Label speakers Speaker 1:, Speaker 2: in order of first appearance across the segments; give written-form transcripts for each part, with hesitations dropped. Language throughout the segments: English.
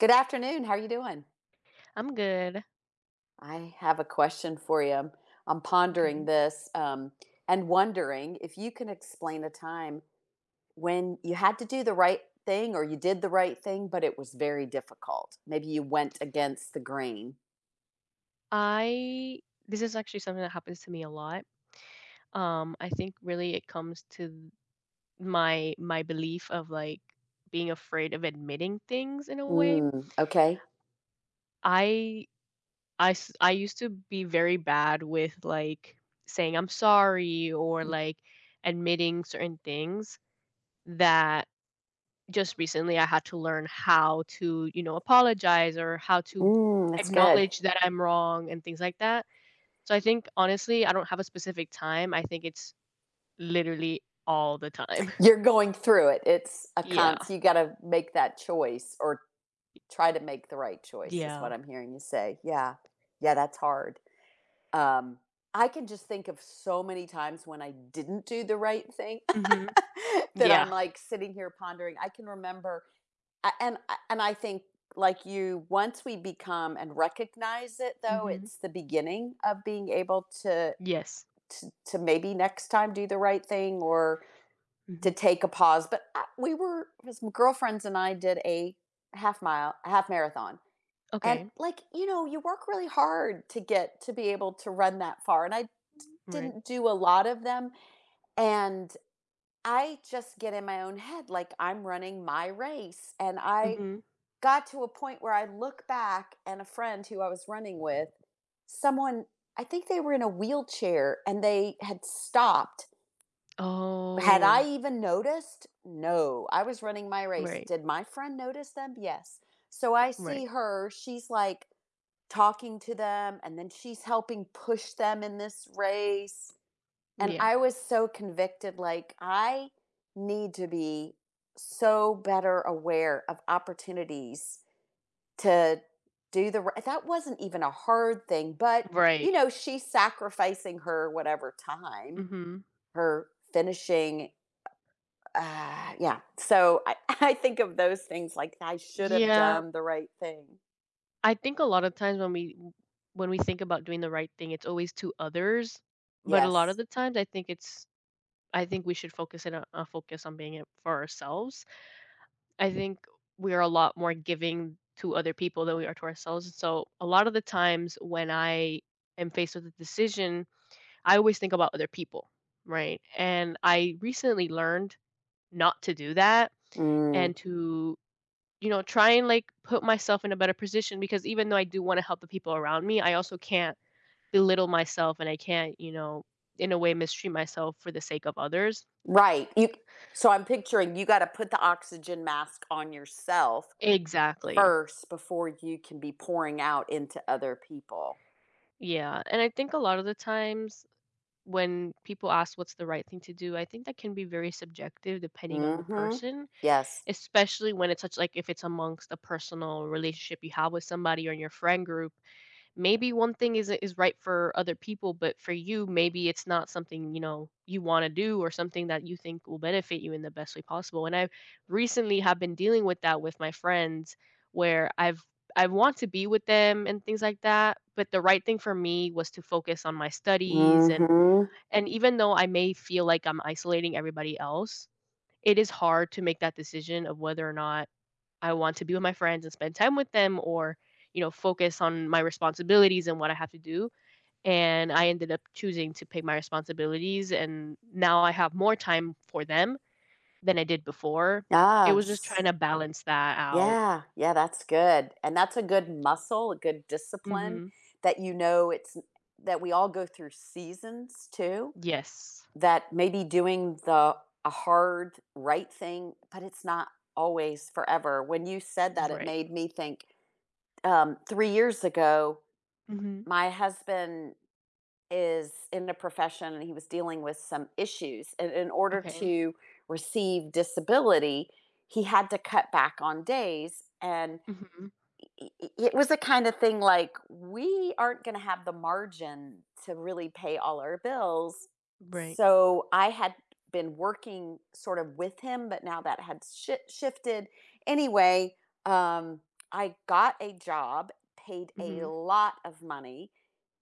Speaker 1: Good afternoon. How are you doing?
Speaker 2: I'm good.
Speaker 1: I have a question for you. I'm pondering
Speaker 2: Okay.
Speaker 1: this. And wondering if you can explain a time when you had to do the right thing or you did the right thing, but it was very difficult. Maybe you went against the grain.
Speaker 2: I This is actually something that happens to me a lot. I think really it comes to my belief of like being afraid of admitting things in a way.
Speaker 1: Mm, okay.
Speaker 2: I I used to be very bad with like saying I'm sorry or like admitting certain things that just recently I had to learn how to, you know, apologize or how to
Speaker 1: Mm, that's good.
Speaker 2: acknowledge that I'm wrong and things like that. So I think honestly, I don't have a specific time. I think it's literally all the time.
Speaker 1: You're going through it. It's a
Speaker 2: Yeah.
Speaker 1: cons. You got to make that choice or try to make the right choice, is
Speaker 2: Yeah.
Speaker 1: what I'm hearing you say. Yeah. Yeah, that's hard. Um, I can just think of so many times when I didn't do the right thing
Speaker 2: Mhm.
Speaker 1: that I'm
Speaker 2: Yeah.
Speaker 1: like sitting here pondering. I can remember, a- and and I think like you, once we become and recognize it, though,
Speaker 2: Mhm.
Speaker 1: it's the beginning of being able to
Speaker 2: Yes.
Speaker 1: to maybe next time do the right thing or to
Speaker 2: Mhm.
Speaker 1: take a pause. But I, we were some girlfriends and I did a half mile, half marathon and,
Speaker 2: Okay.
Speaker 1: like, you work really hard to get to be able to run that far, and I d
Speaker 2: Right.
Speaker 1: didn't do a lot of them, and I just get in my own head, like, I'm running my race, and I
Speaker 2: Mhm.
Speaker 1: got to a point where I look back and a friend who I was running with, someone I think they were in a wheelchair, and they had stopped had I
Speaker 2: Oh,
Speaker 1: even noticed? No, I was running my race.
Speaker 2: right.
Speaker 1: Did my friend notice them? Yes. So I see
Speaker 2: Right.
Speaker 1: her, she's like talking to them, and then she's helping push them in this race. And
Speaker 2: Yeah.
Speaker 1: I was so convicted like I need to be so better aware of opportunities to do the that wasn't even a hard thing, but
Speaker 2: Right.
Speaker 1: she's sacrificing her whatever time,
Speaker 2: Mhm.
Speaker 1: her finishing yeah. So I, I think of those things like I should have
Speaker 2: Yeah.
Speaker 1: done the right thing.
Speaker 2: I think a lot of times when we think about doing the right thing, it's always to others, but a lot
Speaker 1: Yes.
Speaker 2: of the times I think it's I think we should focus it on focus on being it for ourselves. I think we are a lot more giving to other people than we are to ourselves. So a lot of the times when I am faced with a decision, I always think about other people, right? And I recently learned not to do that
Speaker 1: Mm,
Speaker 2: and to, you know, try and like put myself in a better position because even though I do want to help the people around me, I also can't belittle myself and I can't, you know, in a way mistreat myself for the sake of others.
Speaker 1: right. You. So I'm picturing you got to put the oxygen mask on yourself
Speaker 2: Exactly.
Speaker 1: first before you can be pouring out into other people.
Speaker 2: Yeah. And I think a lot of the times when people ask what's the right thing to do, I think that can be very subjective depending on the
Speaker 1: Mm-hmm.
Speaker 2: person,
Speaker 1: Yes.
Speaker 2: especially when it's such like if it's amongst a personal relationship you have with somebody or in your friend group. Maybe one thing is right for other people, but for you, maybe it's not something you know you want to do or something that you think will benefit you in the best way possible. And I recently have been dealing with that with my friends, where I want to be with them and things like that, but the right thing for me was to focus on my studies,
Speaker 1: Mm-hmm.
Speaker 2: and even though I may feel like I'm isolating everybody else, it is hard to make that decision of whether or not I want to be with my friends and spend time with them or, you know, focus on my responsibilities and what I have to do. And I ended up choosing to pick my responsibilities. And now I have more time for them than I did before. It was just trying
Speaker 1: Yes.
Speaker 2: to balance that out.
Speaker 1: Yeah. Yeah. That's good. And that's a good muscle, a good discipline
Speaker 2: Hmm.
Speaker 1: that you know it's that we all go through seasons too.
Speaker 2: Yes.
Speaker 1: That may be doing the a hard right thing, but it's not always forever. When you said that, it
Speaker 2: Right.
Speaker 1: made me think, 3 years ago,
Speaker 2: Hmm.
Speaker 1: my husband is in a profession and he was dealing with some issues, and in order
Speaker 2: Okay.
Speaker 1: to receive disability, he had to cut back on days, and
Speaker 2: Hmm.
Speaker 1: i it was the kind of thing like, we aren't gonna have the margin to really pay all our bills.
Speaker 2: Right.
Speaker 1: So I had been working sort of with him, but now that had shifted. Anyway, um, I got a job, paid a
Speaker 2: Hmm.
Speaker 1: lot of money,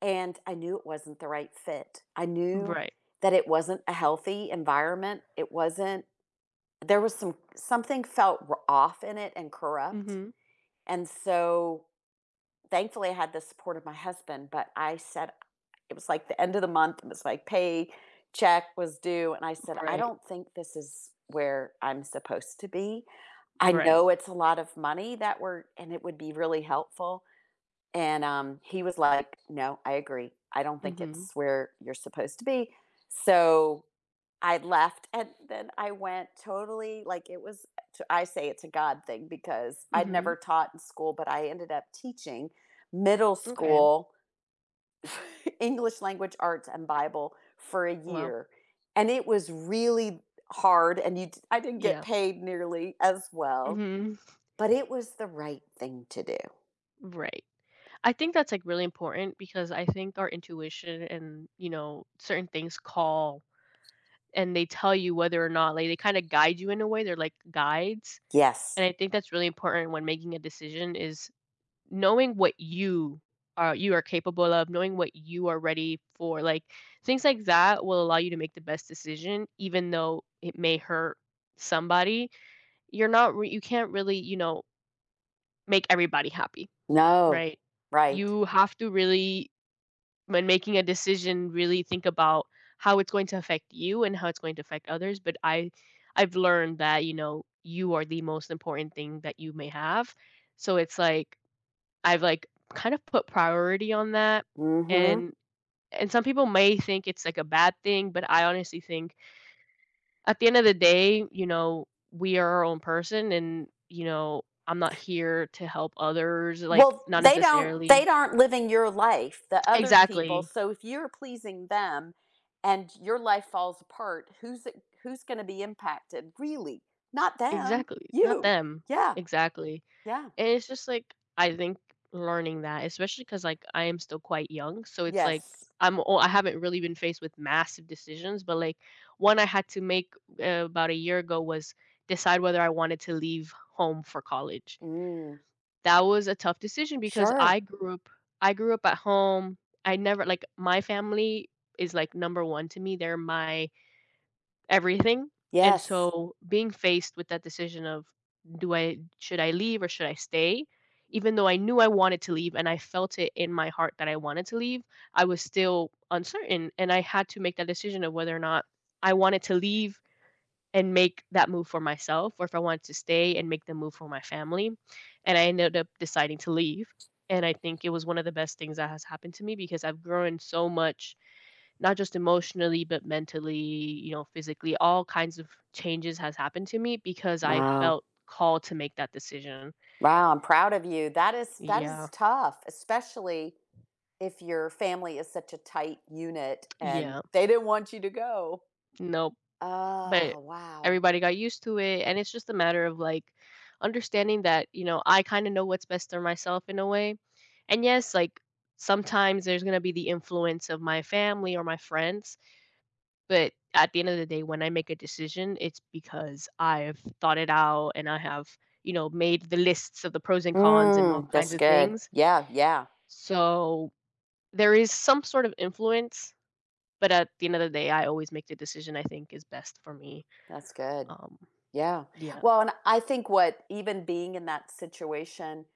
Speaker 1: and I knew it wasn't the right fit. I knew
Speaker 2: Right.
Speaker 1: that it wasn't a healthy environment. It wasn't there was some something felt r off in it and corrupt.
Speaker 2: Hmm.
Speaker 1: And so thankfully I had the support of my husband, but I said it was like the end of the month, it was like pay check was due, and I said, "I
Speaker 2: Right.
Speaker 1: don't think this is where I'm supposed to be. I
Speaker 2: Right.
Speaker 1: know it's a lot of money that we're and it would be really helpful." And, he was like, "No, I agree. I don't think
Speaker 2: Hmm.
Speaker 1: it's where you're supposed to be." So I left and then I went totally like it was I say it's a God thing because I'd
Speaker 2: Mhm.
Speaker 1: never taught in school, but I ended up teaching middle
Speaker 2: Okay.
Speaker 1: school English language arts and Bible for a
Speaker 2: Wow.
Speaker 1: year. And it was really hard and you I didn't get
Speaker 2: Yeah.
Speaker 1: paid nearly as well,
Speaker 2: Mhm.
Speaker 1: but it was the right thing to do.
Speaker 2: Right. I think that's like really important because I think our intuition and, you know, certain things call and they tell you whether or not, like, they kind of guide you in a way. They're like guides.
Speaker 1: Yes.
Speaker 2: And I think that's really important when making a decision is knowing what you are capable of, knowing what you are ready for. Like things like that will allow you to make the best decision even though it may hurt somebody. You're not re- You can't really, you know, make everybody happy,
Speaker 1: No.
Speaker 2: right?
Speaker 1: Right.
Speaker 2: You have to really, when making a decision, really think about how it's going to affect you and how it's going to affect others. I've learned that you know you are the most important thing that you may have, so it's like I've like kind of put priority on that,
Speaker 1: Mhm.
Speaker 2: and and some people may think it's like a bad thing, but I honestly think at the end of the day, you know, we are our own person and, you know, I'm not here to help others, like,
Speaker 1: Well,
Speaker 2: not
Speaker 1: they don't they
Speaker 2: necessarily.
Speaker 1: aren't living your life, the other people.
Speaker 2: Exactly.
Speaker 1: So if you're pleasing them and your life falls apart, who's going to be impacted? Really? Not them,
Speaker 2: Exactly. Not
Speaker 1: you.
Speaker 2: them.
Speaker 1: Yeah.
Speaker 2: Exactly.
Speaker 1: Yeah.
Speaker 2: And it's just like, I think learning that, especially because like, I am still quite young, so it's like,
Speaker 1: Yes.
Speaker 2: I haven't really been faced with massive decisions, but, like, one I had to make, about a year ago, was decide whether I wanted to leave home for college.
Speaker 1: Mm,
Speaker 2: That was a tough decision because
Speaker 1: sure.
Speaker 2: I grew up at home. I never like My family is like number 1 to me. They're my everything. And
Speaker 1: Yes.
Speaker 2: so being faced with that decision of do I should I leave or should I stay? Even though I knew I wanted to leave and I felt it in my heart that I wanted to leave, I was still uncertain and I had to make that decision of whether or not I wanted to leave and make that move for myself or if I wanted to stay and make the move for my family. And I ended up deciding to leave. And I think it was one of the best things that has happened to me because I've grown so much, not just emotionally, but mentally, you know, physically, all kinds of changes has happened to me because I
Speaker 1: Wow.
Speaker 2: felt called to make that decision.
Speaker 1: Wow, I'm proud of you. That is
Speaker 2: Yeah.
Speaker 1: tough, especially if your family is such a tight unit and
Speaker 2: Yeah.
Speaker 1: they didn't want you to go.
Speaker 2: No,
Speaker 1: Oh,
Speaker 2: but
Speaker 1: wow.
Speaker 2: everybody got used to it, and it's just a matter of, like, understanding that, you know, I kinda know what's best for myself in a way. And yes, like, sometimes there's gonna be the influence of my family or my friends, but at the end of the day, when I make a decision, it's because I've thought it out and I have, you know, made the lists of the pros and cons and all
Speaker 1: Mm,
Speaker 2: kinds
Speaker 1: that's
Speaker 2: of
Speaker 1: good.
Speaker 2: things.
Speaker 1: Yeah, yeah.
Speaker 2: So, there is some sort of influence, but at the end of the day, I always make the decision I think is best for me.
Speaker 1: That's good.
Speaker 2: Um,
Speaker 1: Yeah.
Speaker 2: yeah.
Speaker 1: Well, and I think what even being in that situation,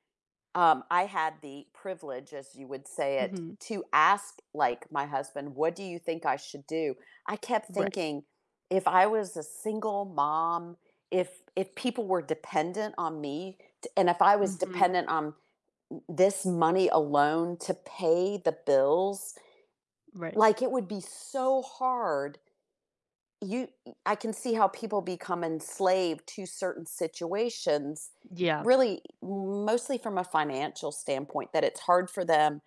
Speaker 1: I had the privilege, as you would say it,
Speaker 2: Mhm.
Speaker 1: to ask like my husband, what do you think I should do? I kept
Speaker 2: Right.
Speaker 1: thinking, if I was a single mom, if people were dependent on me, and if I was
Speaker 2: Mhm.
Speaker 1: dependent on this money alone to pay the bills,
Speaker 2: Right.
Speaker 1: like it would be so hard you I can see how people become enslaved to certain situations,
Speaker 2: Yeah.
Speaker 1: really mostly from a financial standpoint, that it's hard for them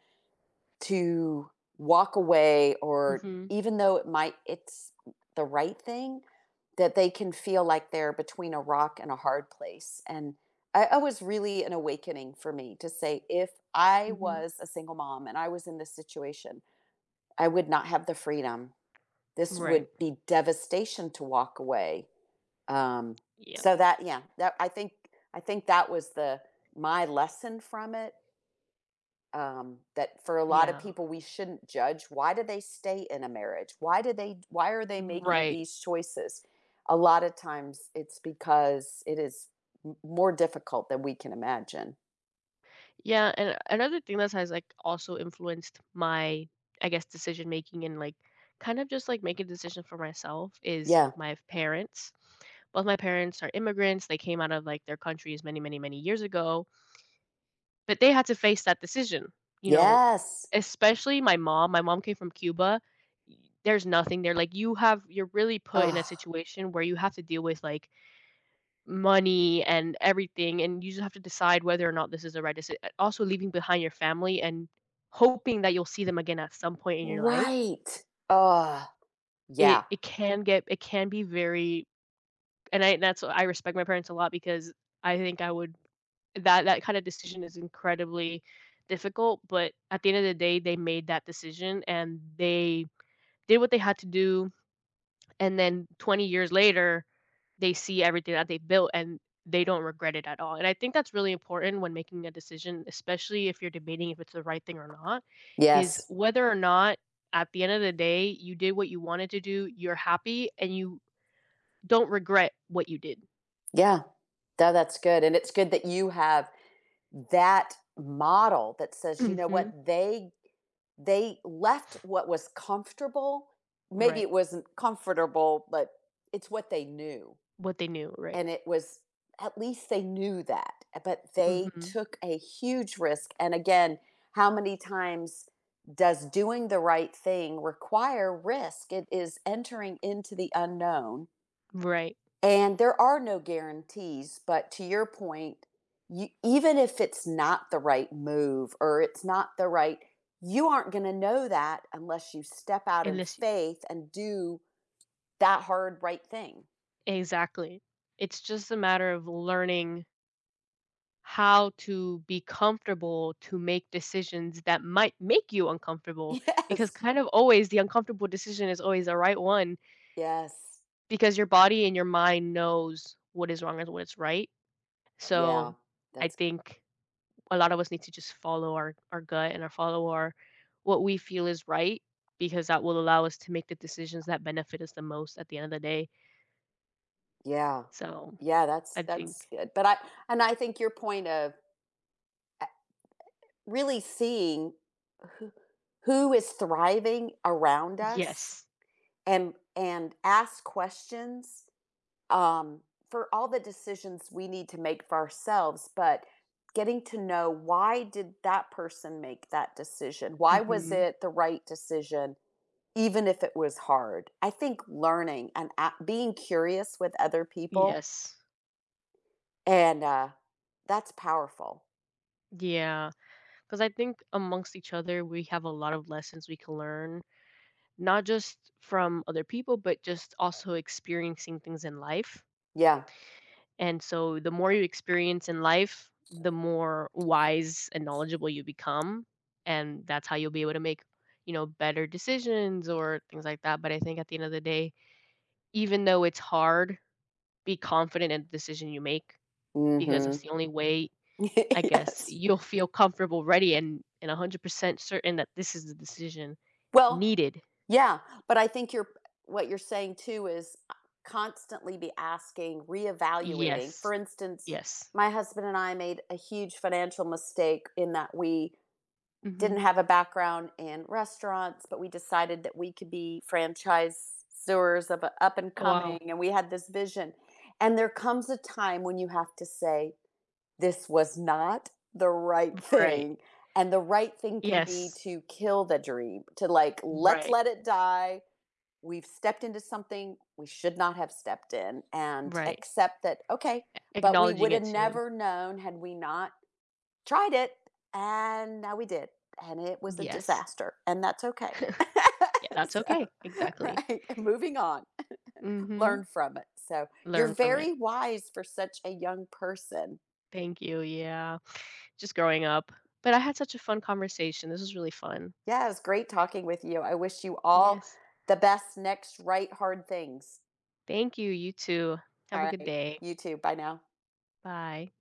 Speaker 1: to walk away or
Speaker 2: Mhm.
Speaker 1: even though it might it's the right thing, that they can feel like they're between a rock and a hard place. And I was really an awakening for me to say, if I
Speaker 2: Mhm.
Speaker 1: was a single mom and I was in this situation, I would not have the freedom this would
Speaker 2: Right.
Speaker 1: be devastation to walk away. Um,
Speaker 2: Yeah.
Speaker 1: so that, yeah, that I think that was the my lesson from it. That for a lot of
Speaker 2: Yeah.
Speaker 1: people, we shouldn't judge. Why do they stay in a marriage? Why do they? Why are they making
Speaker 2: Right.
Speaker 1: these choices? A lot of times, it's because it is more difficult than we can imagine.
Speaker 2: Yeah, and another thing that has like also influenced my, I guess, decision making and like kind of just like making decisions for myself is
Speaker 1: Yeah.
Speaker 2: my parents. Both my parents are immigrants. They came out of like their countries many, many, many years ago. But they had to face that decision, you know,
Speaker 1: Yes.
Speaker 2: especially my mom. My mom came from Cuba. Y There's nothing there, like, you're really put in a
Speaker 1: Ah.
Speaker 2: situation where you have to deal with, like, money and everything, and you just have to decide whether or not this is the right decision, also leaving behind your family and hoping that you'll see them again at some point in your life.
Speaker 1: Right. Ah. Yeah.
Speaker 2: It can get it can be very, and I that's I respect my parents a lot because I think I would that that kind of decision is incredibly difficult, but at the end of the day, they made that decision and they did what they had to do. And then 20 years later, they see everything that they built and they don't regret it at all. And I think that's really important when making a decision, especially if you're debating if it's the right thing or not, is
Speaker 1: Yes.
Speaker 2: whether or not at the end of the day you did what you wanted to do, you're happy, and you don't regret what you did.
Speaker 1: Yeah. No, that's good, and it's good that you have that model that says, "You know
Speaker 2: Hmm.
Speaker 1: what? They left what was comfortable." Maybe
Speaker 2: Right.
Speaker 1: it wasn't comfortable, but it's what they knew,
Speaker 2: What they knew. Right.
Speaker 1: and it was at least they knew that, eh, but they
Speaker 2: Hmm.
Speaker 1: took a huge risk, and again, how many times does doing the right thing require risk? It is entering into the unknown
Speaker 2: Right.
Speaker 1: and there are no guarantees, but to your point, you, even if it's not the right move or it's not the right, you aren't going to know that unless you step out in
Speaker 2: Unless.
Speaker 1: faith and do that hard right thing.
Speaker 2: Exactly. It's just a matter of learning how to be comfortable to make decisions that might make you uncomfortable because
Speaker 1: Yes.
Speaker 2: kind of always the uncomfortable decision is always the right one
Speaker 1: Yes.
Speaker 2: because your body and your mind knows what is wrong and what is right.
Speaker 1: Yeah.
Speaker 2: So I
Speaker 1: That's
Speaker 2: think a lot of us need to just follow our gut and our follow our what we feel is right because that will allow us to make the decisions that benefit us the most at the end of the day.
Speaker 1: yeah.
Speaker 2: So
Speaker 1: Yeah,
Speaker 2: I
Speaker 1: that's
Speaker 2: think
Speaker 1: good. But I and I think your point of uh, really seeing who, who is thriving around us
Speaker 2: yes.
Speaker 1: and ask questions um, for all the decisions we need to make for ourselves, but getting to know why did that person make that decision? Why was
Speaker 2: Hmm.
Speaker 1: it the right decision, even if it was hard? I think learning and being curious with other people
Speaker 2: Yes.
Speaker 1: and that's powerful.
Speaker 2: Yeah, because I think amongst each other, we have a lot of lessons we can learn, not just from other people, but just also experiencing things in life.
Speaker 1: Yeah.
Speaker 2: And so the more you experience in life, the more wise and knowledgeable you become, and that's how you'll be able to make, you know, better decisions or things like that. But I think at the end of the day, even though it's hard, be confident in the decision you make because that's
Speaker 1: Mm-hmm.
Speaker 2: the only way, I guess,
Speaker 1: yes.
Speaker 2: you'll feel comfortable, ready, and 100% certain that this is the decision
Speaker 1: Well,
Speaker 2: needed.
Speaker 1: yeah, but I think you're what you're saying too is constantly be asking, reevaluating. For
Speaker 2: Yes.
Speaker 1: instance,
Speaker 2: Yes.
Speaker 1: my husband and I made a huge financial mistake in that we didn't
Speaker 2: Mhm.
Speaker 1: have a background in restaurants, but we decided that we could be franchisors of a up and
Speaker 2: Wow.
Speaker 1: coming, and we had this vision. And there comes a time when you have to say, this was not the right
Speaker 2: Right.
Speaker 1: thing. And the right thing can be
Speaker 2: Yes.
Speaker 1: to kill the dream, to like, let's
Speaker 2: Right.
Speaker 1: let it die. We've stepped into something we should not have stepped in and
Speaker 2: Right.
Speaker 1: accept that, okay, but we
Speaker 2: Acknowledging
Speaker 1: would have
Speaker 2: it too.
Speaker 1: never known had we not tried it. And now we did. And it was a
Speaker 2: Yes.
Speaker 1: disaster. And that's okay.
Speaker 2: Yeah, that's
Speaker 1: so,
Speaker 2: okay. Exactly.
Speaker 1: right. Moving on, learn
Speaker 2: Mhm.
Speaker 1: from it. So, you're
Speaker 2: Learn from it.
Speaker 1: very wise for such a young person.
Speaker 2: Thank you, yeah. Just growing up. But I had such a fun conversation. This was really fun.
Speaker 1: Yeah, it was great talking with you. I wish you all
Speaker 2: Yes.
Speaker 1: the best next right hard things.
Speaker 2: Thank you. You too. Have a
Speaker 1: All
Speaker 2: good
Speaker 1: right.
Speaker 2: day.
Speaker 1: You too. Bye now.
Speaker 2: Bye.